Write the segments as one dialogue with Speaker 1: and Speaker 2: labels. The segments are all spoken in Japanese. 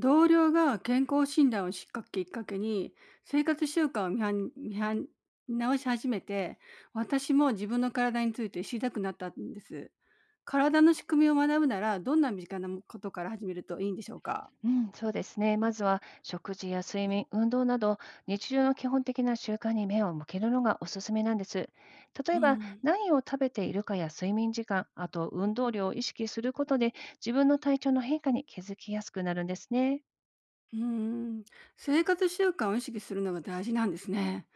Speaker 1: 同僚が健康診断をしっかきっかけに生活習慣を見直し始めて、私も自分の体について知りたくなったんです。体の仕組みを学ぶならどんな身近なことから始めるといいんでしょうか？
Speaker 2: うん、そうですね。まずは食事や睡眠、運動など、日常の基本的な習慣に目を向けるのがおすすめなんです。例
Speaker 1: う
Speaker 2: えば、
Speaker 1: ん。
Speaker 2: 何を食べているかや睡眠時間、あと運動量を意識することで、自分の体調の変化に気づきやすくなるんですね。
Speaker 1: うーん。生活習慣を意識するのが大事なんですね。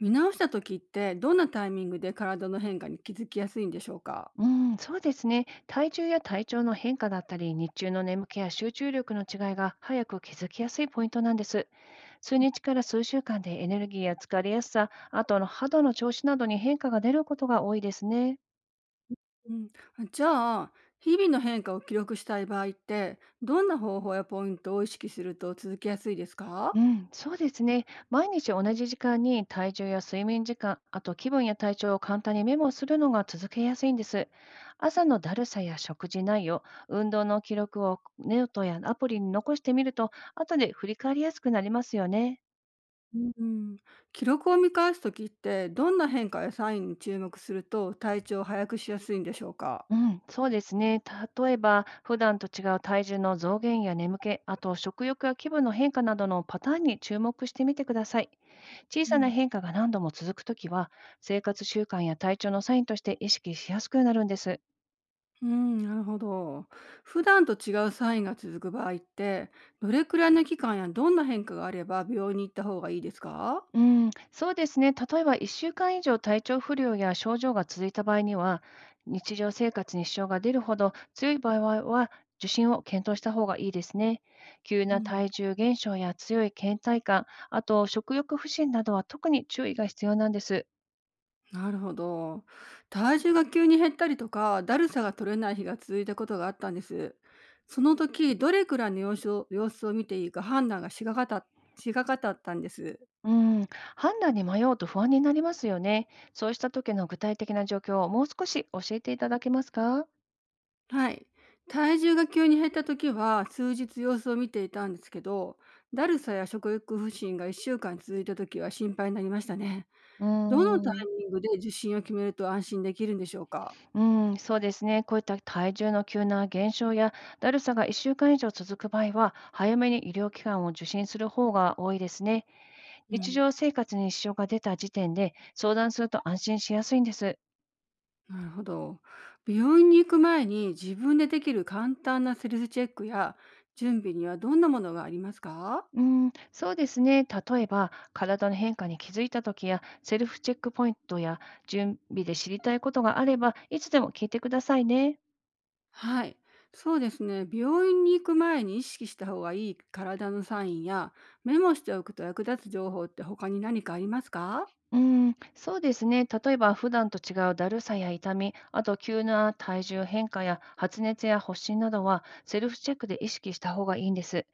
Speaker 1: 見直した時ってどんなタイミングで体の変化に気づきやすいんでしょうか？
Speaker 2: うん、そうですね。体重や体調の変化だったり、日中の眠気や集中力の違いが早く気づきやすいポイントなんです。数日から数週間でエネルギーや疲れやすさ、あと肌の調子などに変化が出ることが多いですね。
Speaker 1: うん。じゃあ、日々の変化を記録したい場合ってどんな方法やポイントを意識すると続けやすいですか？
Speaker 2: うん、そうですね。毎日同じ時間に体重や睡眠時間、あと気分や体調を簡単にメモするのが続けやすいんです。朝のだるさや食事内容、運動の記録をネオトやアプリに残してみると、後で振り返りやすくなりますよね。
Speaker 1: うん。記録を見返す時ってどんな変化やサインに注目すると体調を早くしやすいんでしょうか？
Speaker 2: うん、そうですね。例えば、普段と違う体重の増減や眠気、あと食欲や気分の変化などのパターンに注目してみてください。小
Speaker 1: う
Speaker 2: さな
Speaker 1: ん。
Speaker 2: 変化が何度も続くときは、生活習慣や体調のサインとして意識しやすくなるんです。
Speaker 1: うん、なるほど。普段と違うサインが続く場合って、どれくらいの期間やどんな変化があれば病院に行った方がいいですか？
Speaker 2: うん、そうですね。例えば、1週間以上体調不良や症状が続いた場合には、日常生活に支障が出るほど強い場合は受診を検討した方がいいですね。急
Speaker 1: う
Speaker 2: な
Speaker 1: ん、
Speaker 2: 体重減少や強い倦怠感、あと食欲不振などは特に注意が必要なんです。
Speaker 1: なるほど。体重が急に減ったりとか、だるさが取れない日が続いたことがあったんです。その時、どれくらいの様子を見ていいか判断がしがかたったんです。
Speaker 2: うん、判断に迷うと不安になりますよね。そうした時の具体的な状況をもう少し教えていただけますか？
Speaker 1: はい。体重が急に減った時は、数日様子を見ていたんですけど、だるさや食欲不振が1週間続いた時は心配になりましたね。
Speaker 2: うー
Speaker 1: どのタイ
Speaker 2: ん。
Speaker 1: ミングで受診を決めると安心できるんでしょうか？
Speaker 2: うん、そうですね。こういった体重の急な減少やだるさが1週間以上続く場合は、早めに医療機関を受診する方が多いですね。
Speaker 1: う
Speaker 2: 日
Speaker 1: ん、
Speaker 2: 常生活に支障が出た時点で相談すると安心しやすいんです。
Speaker 1: なるほど。病院に行く前に自分でできる簡単なセルフチェックや準備にはどんなものがありますか？
Speaker 2: うん、そうですね。例えば、体の変化に気づいたときや、セルフチェックポイントや準備で知りたいことがあれば、いつでも聞いてくださいね。
Speaker 1: はい。そうですね。病院に行く前に意識した方がいい体のサインやメモしておくと役立つ情報って他に何かありますか？
Speaker 2: うん、そうですね。例えば、普段と違うだるさや痛み、あと急な体重変化や発熱や発疹などは、セルフチェックで意識した方がいいんです。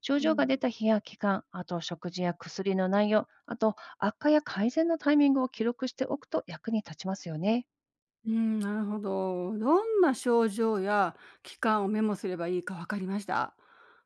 Speaker 2: 症
Speaker 1: う
Speaker 2: 状が出
Speaker 1: ん。
Speaker 2: た日や期間、あと食事や薬の内容、あと悪化や改善のタイミングを記録しておくと役に立ちますよね。
Speaker 1: うん、なるほど。どんな症状や期間をメモすればいいか分かりました。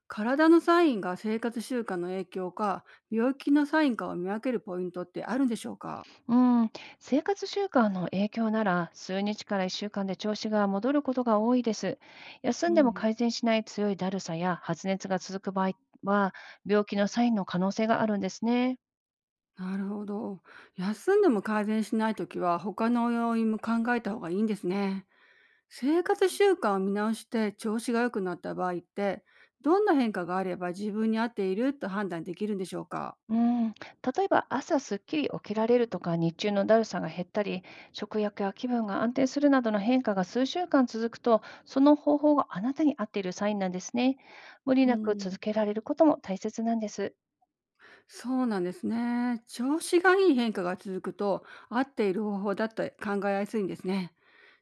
Speaker 1: 体のサインが生活習慣の影響か病気のサインかを見分けるポイントってあるんでしょうか？
Speaker 2: うん、生活習慣の影響なら数日から1週間で調子が戻ることが多いです。休
Speaker 1: う
Speaker 2: んでも
Speaker 1: ん、
Speaker 2: 改善しない強いだるさや発熱が続く場合は、病気のサインの可能性があるんですね。
Speaker 1: なるほど。休んでも改善しないときは、他の要因も考えた方がいいんですね。生活習慣を見直して調子が良くなった場合って、どんな変化があれば自分に合っていると判断できるんでしょうか？
Speaker 2: うん、例えば朝すっきり起きられるとか、日中のだるさが減ったり、食欲や気分が安定するなどの変化が数週間続くと、その方法があなたに合っているサインなんですね。無理
Speaker 1: う
Speaker 2: なく
Speaker 1: ん、
Speaker 2: 続けられることも大切なんです。
Speaker 1: そうなんですね。調子がいい変化が続くと、合っている方法だと考えやすいんですね。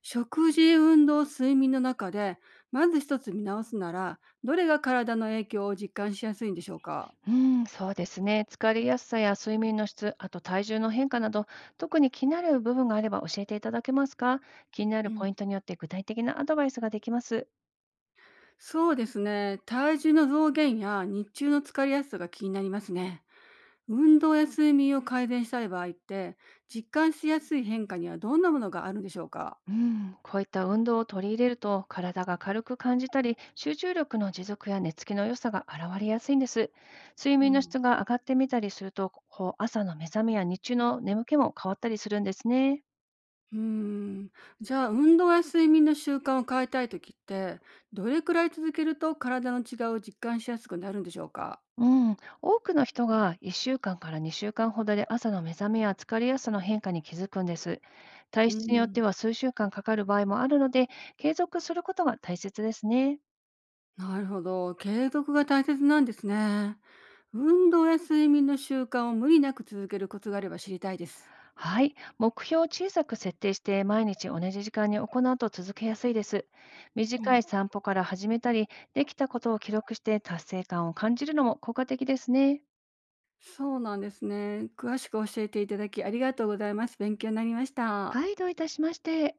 Speaker 1: 食事、運動、睡眠の中で、まず一つ見直すなら、どれが体の影響を実感しやすいんでしょうか？
Speaker 2: うん、そうですね。疲れやすさや睡眠の質、あと体重の変化など、特に気になる部分があれば教えていただけますか？気になる
Speaker 1: う
Speaker 2: ポイ
Speaker 1: ん、
Speaker 2: ントによって具体的なアドバイスができます。
Speaker 1: そうですね。体重の増減や日中の疲れやすさが気になりますね。運動や睡眠を改善したい場合って、実感しやすい変化にはどんなものがあるんでしょうか？
Speaker 2: うん、こういった運動を取り入れると、体が軽く感じたり、集中力の持続や寝つきの良さが現れやすいんです。睡
Speaker 1: う
Speaker 2: 眠の
Speaker 1: ん、
Speaker 2: 質が上がってみたりすると、朝の目覚めや日中の眠気も変わったりするんですね。
Speaker 1: うーん。じゃあ、運動や睡眠の習慣を変えたいときって、どれくらい続けると体の違いを実感しやすくなるんでしょうか？
Speaker 2: うん、多くの人が1週間から2週間ほどで朝の目覚めや疲れやすさの変化に気づくんです。
Speaker 1: う
Speaker 2: 体質によっ
Speaker 1: ん、
Speaker 2: ては数週間かかる場合もあるので、継続することが大切ですね。
Speaker 1: なるほど。継続が大切なんですね。運動や睡眠の習慣を無理なく続けるコツがあれば知りたいです。
Speaker 2: はい、目標を小さく設定して毎日同じ時間に行うと続けやすいです。短い散歩から始めたり、できたことを記録して達成感を感じるのも効果的ですね。
Speaker 1: そうなんですね。詳しく教えていただきありがとうございます。勉強になりました。
Speaker 2: はい、どういたしまして。